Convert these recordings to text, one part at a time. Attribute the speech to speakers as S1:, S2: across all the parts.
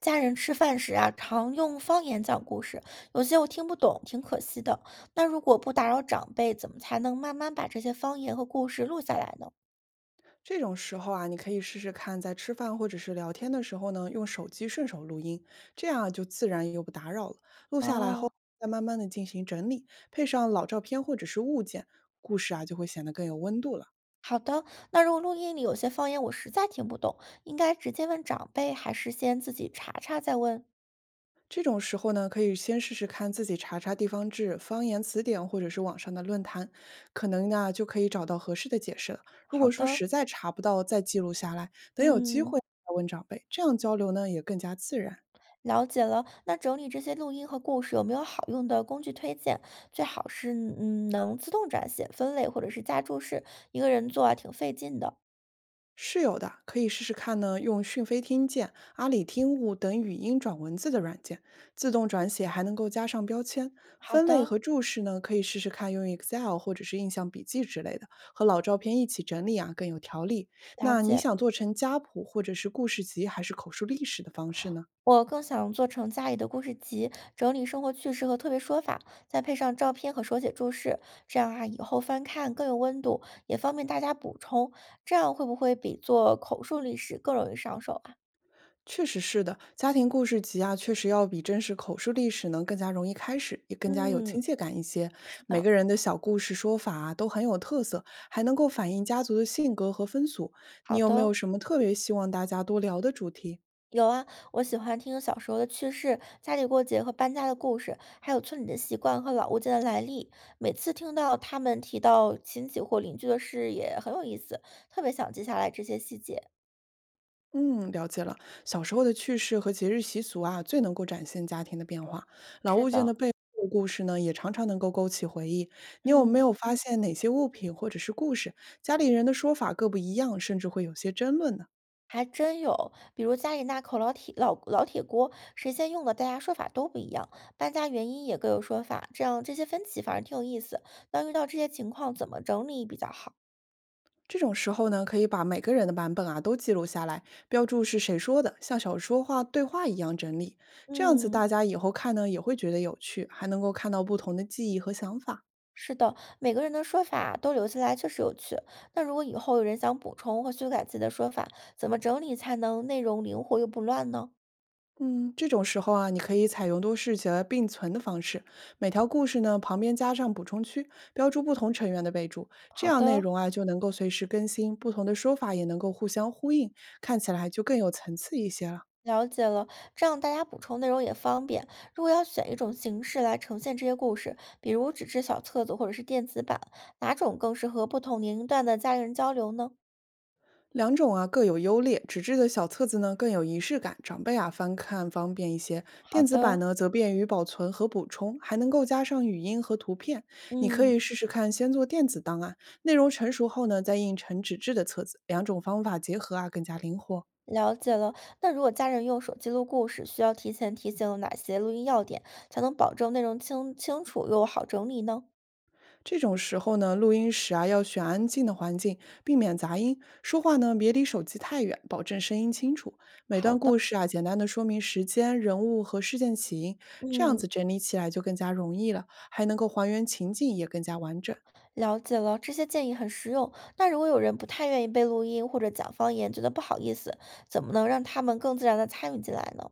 S1: 家人吃饭时啊，常用方言讲故事，有些我听不懂，挺可惜的。那如果不打扰长辈，怎么才能慢慢把这些方言和故事录下来呢？
S2: 这种时候啊，你可以试试看，在吃饭或者是聊天的时候呢，用手机顺手录音，这样就自然又不打扰了。录下来后，
S1: 哦，
S2: 再慢慢的进行整理，配上老照片或者是物件，故事啊就会显得更有温度了。
S1: 好的。那如果录音里有些方言我实在听不懂，应该直接问长辈，还是先自己查查再问？
S2: 这种时候呢，可以先试试看自己查查地方志、方言词典或者是网上的论坛，可能呢就可以找到合适的解释了。如
S1: 好
S2: 果说
S1: 的，
S2: 实在查不到，再记录下来，等有机
S1: 嗯，
S2: 会再问长辈，这样交流呢也更加自然。
S1: 了解了。那整理这些录音和故事有没有好用的工具推荐？最好是能自动转写、分类或者是加注释，一个人做啊挺费劲的。
S2: 是有的，可以试试看呢。用讯飞听见、阿里听悟等语音转文字的软件，自动转写还能够加上标签、
S1: 好
S2: 分类
S1: 的。
S2: 和注释呢。可以试试看用 Excel 或者是印象笔记之类的，和老照片一起整理啊，更有条理。
S1: 了
S2: 那你
S1: 解，
S2: 想做成家谱或者是故事集，还是口述历史的方式呢？
S1: 我更想做成家里的故事集，整理生活趣事和特别说法，再配上照片和手写注释，这样啊，以后翻看更有温度，也方便大家补充。这样会不会比做口述历史更容易上手啊？
S2: 确实是的，家庭故事集啊，确实要比真实口述历史呢更加容易开始，也更加有亲
S1: 嗯，
S2: 切感一些。
S1: 是
S2: 每
S1: 的，
S2: 个人的小故事说法啊都很有特色，还能够反映家族的性格和风俗。你
S1: 好
S2: 有
S1: 的
S2: 没有
S1: 哦。
S2: 什么特别希望大家多聊的主题？
S1: 有啊，我喜欢听小时候的趣事、家里过节和搬家的故事，还有村里的习惯和老物件的来历。每次听到他们提到亲戚或邻居的事，也很有意思，特别想记下来这些细节。
S2: 嗯，了解了。小时候的趣事和节日习俗啊，最能够展现家庭的变化。老
S1: 是
S2: 物件
S1: 的，
S2: 的背后故事呢，也常常能够勾起回忆。你有没
S1: 嗯，
S2: 有发现哪些物品或者是故事，家里人的说法各不一样，甚至会有些争论呢？
S1: 还真有，比如家里那口老铁锅，谁先用的，大家说法都不一样，搬家原因也各有说法，这样这些分歧反而挺有意思。那遇到这些情况，怎么整理比较好？
S2: 这种时候呢，可以把每个人的版本啊都记录下来，标注是谁说的，像小说话对话一样整理。这样子
S1: 嗯，
S2: 大家以后看呢也会觉得有趣，还能够看到不同的记忆和想法。
S1: 是的，每个人的说法都留下来确实有趣。那如果以后有人想补充或修改自己的说法，怎么整理才能内容灵活又不乱呢？
S2: 嗯，这种时候啊，你可以采用多视角并存的方式，每条故事呢旁边加上补充区，标注不同成员的备注，这
S1: 好
S2: 样内
S1: 的。
S2: 容啊就能够随时更新，不同的说法也能够互相呼应，看起来就更有层次一些了。
S1: 了解了，这样大家补充内容也方便。如果要选一种形式来呈现这些故事，比如纸质小册子或者是电子版，哪种更适合不同年龄段的家人交流呢？
S2: 两种啊各有优劣，纸质的小册子呢更有仪式感，长辈啊翻看方便一些；
S1: 好
S2: 电子版
S1: 的，
S2: 呢则便于保存和补充，还能够加上语音和图片。你可
S1: 嗯，
S2: 以试试看，先做电子档案，内容成熟后呢再印成纸质的册子，两种方法结合啊更加灵活。
S1: 了解了。那如果家人用手机录故事，需要提前提醒哪些录音要点，才能保证内容清清楚又好整理呢？
S2: 这种时候呢，录音时啊要选安静的环境，避免杂音。说话呢别离手机太远，保证声音清楚。每段故事啊，简单的说明时间、人物和事件起因，这样
S1: 嗯，
S2: 子整理起来就更加容易了，还能够还原情境，也更加完整。
S1: 了解了，这些建议很实用。那如果有人不太愿意被录音或者讲方言，觉得不好意思，怎么能让他们更自然的参与进来呢？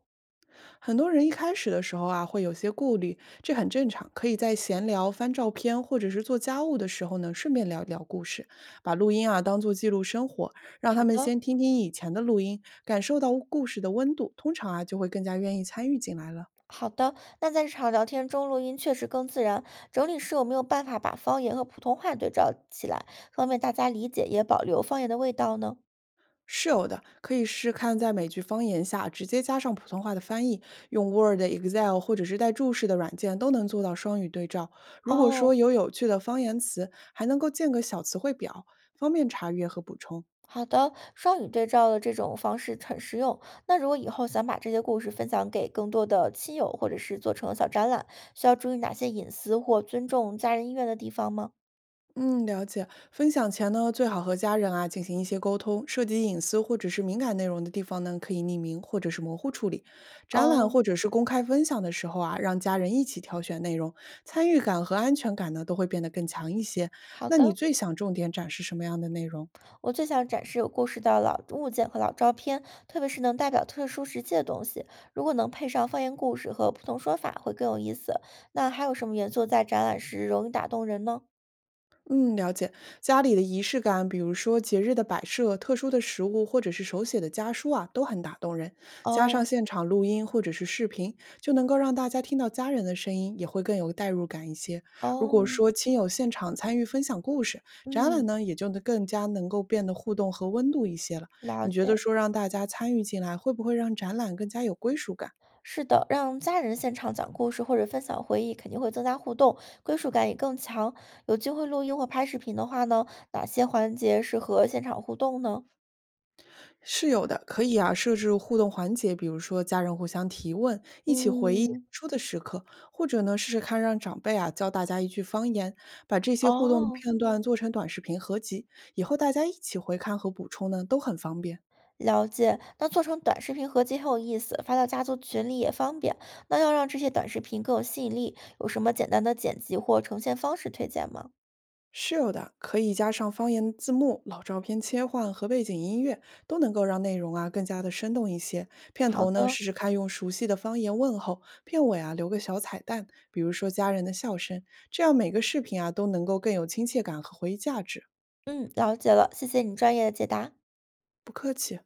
S2: 很多人一开始的时候啊，会有些顾虑，这很正常。可以在闲聊、翻照片或者是做家务的时候呢，顺便聊一聊故事，把录音啊当做记录生活，让
S1: 好
S2: 他们
S1: 的，
S2: 先听听以前的录音，感受到故事的温度，通常啊就会更加愿意参与进来了。
S1: 好的。那在日常聊天中，录音确实更自然。整理师有没有办法把方言和普通话对照起来，方便大家理解，也保留方言的味道呢？
S2: 是有的，可以试看在美剧方言下直接加上普通话的翻译，用 Word、Excel 或者是带注释的软件都能做到双语对照。如果
S1: 哦，
S2: 说有趣的方言词，还能够建个小词汇表，方便查阅和补充。
S1: 好的，双语对照的这种方式很实用。那如果以后想把这些故事分享给更多的亲友，或者是做成小展览，需要注意哪些隐私或尊重家人意愿的地方吗？
S2: 嗯，了解。分享前呢，最好和家人啊进行一些沟通，涉及隐私或者是敏感内容的地方呢，可以匿名或者是模糊处理。展览
S1: 哦，
S2: 或者是公开分享的时候啊，让家人一起挑选内容，参与感和安全感呢都会变得更强一些。
S1: 好
S2: 那你
S1: 的。
S2: 最想重点展示什么样的内容？
S1: 我最想展示有故事的老物件和老照片，特别是能代表特殊时期的东西。如果能配上方言故事和不同说法，会更有意思。那还有什么元素在展览时容易打动人呢？
S2: 嗯，了解。家里的仪式感，比如说节日的摆设、特殊的食物，或者是手写的家书啊，都很打动人。加上
S1: 哦
S2: 现场录音或者是视频，就能够让大家听到家人的声音，也会更有代入感一些。如果
S1: 哦，
S2: 说亲友现场参与分享故事，展览
S1: 嗯，
S2: 呢也就能更加能够变得互动和温度一些了。
S1: 了
S2: 你觉得
S1: 解。
S2: 说让大家参与进来，会不会让展览更加有归属感？
S1: 是的，让家人现场讲故事或者分享回忆，肯定会增加互动，归属感也更强。有机会录音或拍视频的话呢，哪些环节适合现场互动呢？
S2: 是有的，可以啊，设置互动环节，比如说家人互相提问，一起回忆
S1: 嗯，
S2: 出的时刻，或者呢，试试看让长辈啊教大家一句方言，把这些互动的
S1: 哦。
S2: 片段做成短视频合集，以后大家一起回看和补充呢，都很方便。
S1: 了解，那做成短视频合集很有意思，发到家族群里也方便。那要让这些短视频更有吸引力，有什么简单的剪辑或呈现方式推荐吗？
S2: 是有的，可以加上方言字幕、老照片切换和背景音乐，都能够让内容啊更加的生动一些。片
S1: 好
S2: 头呢，
S1: 的，
S2: 试试看用熟悉的方言问候；片尾啊，留个小彩蛋，比如说家人的笑声，这样每个视频啊都能够更有亲切感和回忆价值。
S1: 嗯，了解了，谢谢你专业的解答。
S2: 不客气。